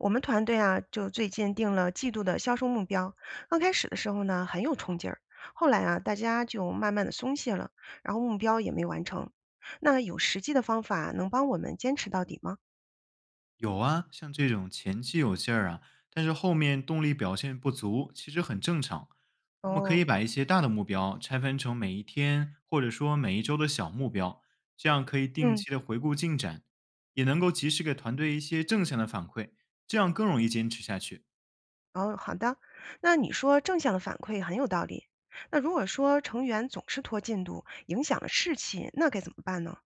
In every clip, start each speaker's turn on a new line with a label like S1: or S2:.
S1: 我们团队啊，就最近定了季度的销售目标。刚开始的时候呢，很有冲劲儿，后来啊，大家就慢慢的松懈了，然后目标也没完成。那有实际的方法能帮我们坚持到底吗？
S2: 有啊，像这种前期有劲儿啊，但是后面动力表现不足，其实很正常。我们可以
S1: 哦，
S2: 把一些大的目标拆分成每一天或者说每一周的小目标，这样可以定
S1: 嗯，
S2: 期的回顾进展，也能够及时给团队一些正向的反馈，这样更容易坚持下去。
S1: 哦，好的。那你说正向的反馈很有道理。那如果说成员总是拖进度，影响了士气，那该怎么办呢？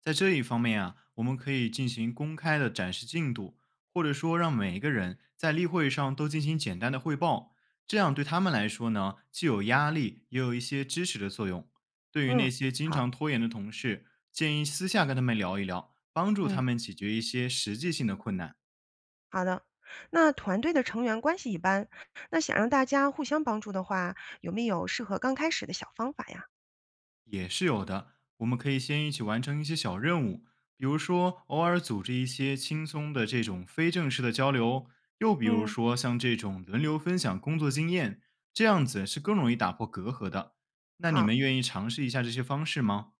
S2: 在这一方面啊，我们可以进行公开的展示进度，或者说让每一个人在例会上都进行简单的汇报，这样对他们来说呢，既有压力，也有一些支持的作用。对于那
S1: 嗯，
S2: 些经
S1: 好，
S2: 常拖延的同事，建议私下跟他们聊一聊，帮助
S1: 嗯。
S2: 他们解决一些实际性的困难。
S1: 好的，那团队的成员关系一般，那想让大家互相帮助的话，有没有适合刚开始的小方法呀？
S2: 也是有的。我们可以先一起完成一些小任务，比如说偶尔组织一些轻松的这种非正式的交流，又比如
S1: 嗯，
S2: 说像这种轮流分享工作经验，这样子是更容易打破隔阂的。那你们
S1: 好，
S2: 愿意尝试一下这些方式吗？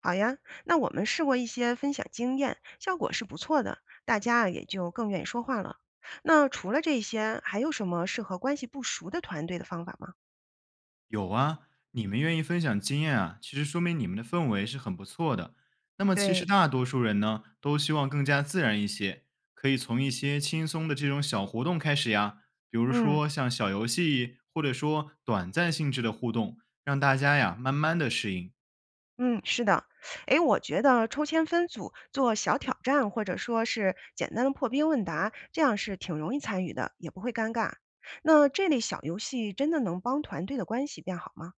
S1: 好呀，那我们试过一些分享经验，效果是不错的，大家啊也就更愿意说话了。那除了这些，还有什么适合关系不熟的团队的方法吗？
S2: 有啊，你们愿意分享经验啊，其实说明你们的氛围是很不错的。那么其实
S1: 对，
S2: 大多数人呢，都希望更加自然一些，可以从一些轻松的这种小活动开始呀，比如
S1: 嗯。
S2: 说像小游戏，或者说短暂性质的互动，让大家呀慢慢的适应。
S1: 嗯，是的，诶，我觉得抽签分组做小挑战，或者说是简单的破冰问答，这样是挺容易参与的，也不会尴尬。那这类小游戏真的能帮团队的关系变好吗？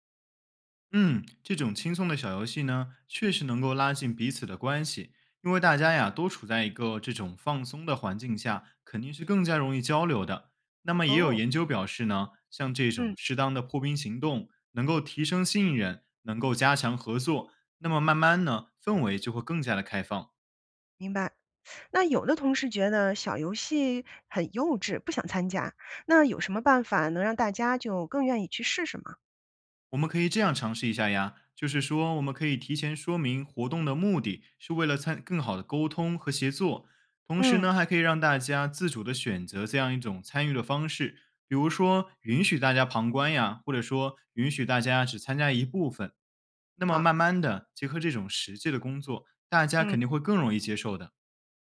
S2: 嗯，这种轻松的小游戏呢，确实能够拉近彼此的关系，因为大家呀都处在一个这种放松的环境下，肯定是更加容易交流的。那么也有
S1: 哦，
S2: 研究表示呢，像这种
S1: 嗯，
S2: 适当的破冰行动，能够提升信任，能够加强合作，那么慢慢呢，氛围就会更加的开放。
S1: 明白。那有的同事觉得小游戏很幼稚，不想参加，那有什么办法能让大家就更愿意去试试吗？
S2: 我们可以这样尝试一下呀，就是说，我们可以提前说明活动的目的是为了参更好的沟通和协作，同时
S1: 嗯，
S2: 呢，还可以让大家自主的选择这样一种参与的方式，比如说允许大家旁观呀，或者说允许大家只参加一部分。那么
S1: 好，
S2: 慢慢的，结合这种实际的工作，大家
S1: 嗯。
S2: 肯定会更容易接受的。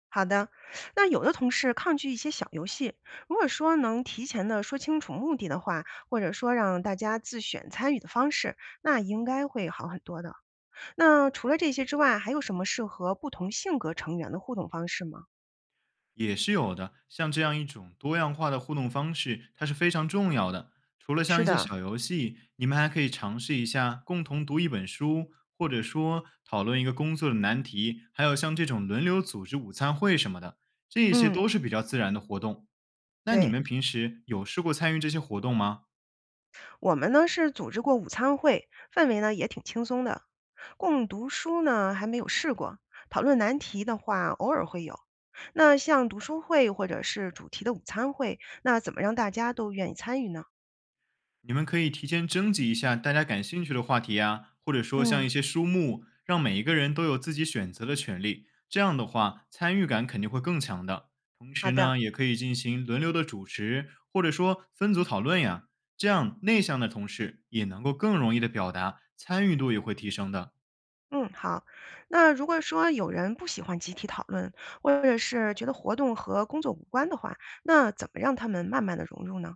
S1: 好的，那有的同事抗拒一些小游戏，如果说能提前的说清楚目的的话，或者说让大家自选参与的方式，那应该会好很多的。那除了这些之外，还有什么适合不同性格成员的互动方式吗？
S2: 也是有的。像这样一种多样化的互动方式，它是非常重要的。除了
S1: 是
S2: 像一些
S1: 的，
S2: 小游戏，你们还可以尝试一下共同读一本书，或者说讨论一个工作的难题，还有像这种轮流组织午餐会什么的，这些
S1: 嗯，
S2: 都是比较自然的活动。那你
S1: 对，
S2: 们平时有试过参与这些活动吗？
S1: 我们呢是组织过午餐会，氛围呢也挺轻松的。共读书呢还没有试过，讨论难题的话偶尔会有。那像读书会或者是主题的午餐会，那怎么让大家都愿意参与呢？
S2: 你们可以提前征集一下大家感兴趣的话题呀，或者说像
S1: 嗯，
S2: 一些书目，让每一个人都有自己选择的权利。这样的话，参与感肯定会更强的。同
S1: 好
S2: 时
S1: 的，
S2: 呢，也可以进行轮流的主持，或者说分组讨论呀。这样内向的同事也能够更容易的表达，参与度也会提升的。
S1: 嗯，好。那如果说有人不喜欢集体讨论，或者是觉得活动和工作无关的话，那怎么让他们慢慢的融入呢？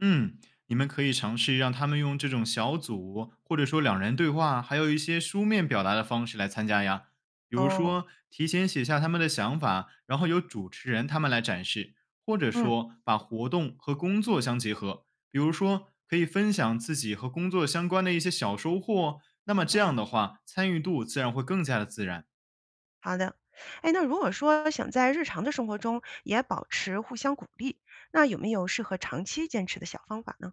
S2: 嗯，你们可以尝试让他们用这种小组，或者说两人对话，还有一些书面表达的方式来参加呀。比如
S1: 哦，
S2: 说，提前写下他们的想法，然后由主持人他们来展示，或者
S1: 嗯
S2: 说把活动和工作相结合。比如说，可以分享自己和工作相关的一些小收获，那么这
S1: 嗯，
S2: 样的话，参与度自然会更加的自然。
S1: 好的。哎，那如果说想在日常的生活中也保持互相鼓励，那有没有适合长期坚持的小方法呢？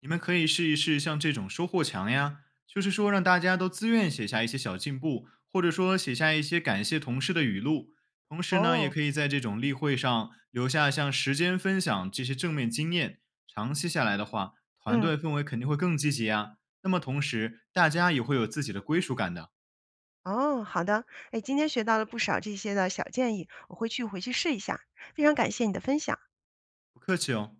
S2: 你们可以试一试像这种收获墙呀，就是说让大家都自愿写下一些小进步，或者说写下一些感谢同事的语录。同时呢，也
S1: 哦，
S2: 可以在这种例会上留下像时间分享这些正面经验。长期下来的话，团
S1: 嗯，
S2: 队氛围肯定会更积极呀。那么同时，大家也会有自己的归属感的。
S1: 哦，好的。哎，今天学到了不少这些的小建议，我会去回去试一下。非常感谢你的分享。
S2: 不客气哦。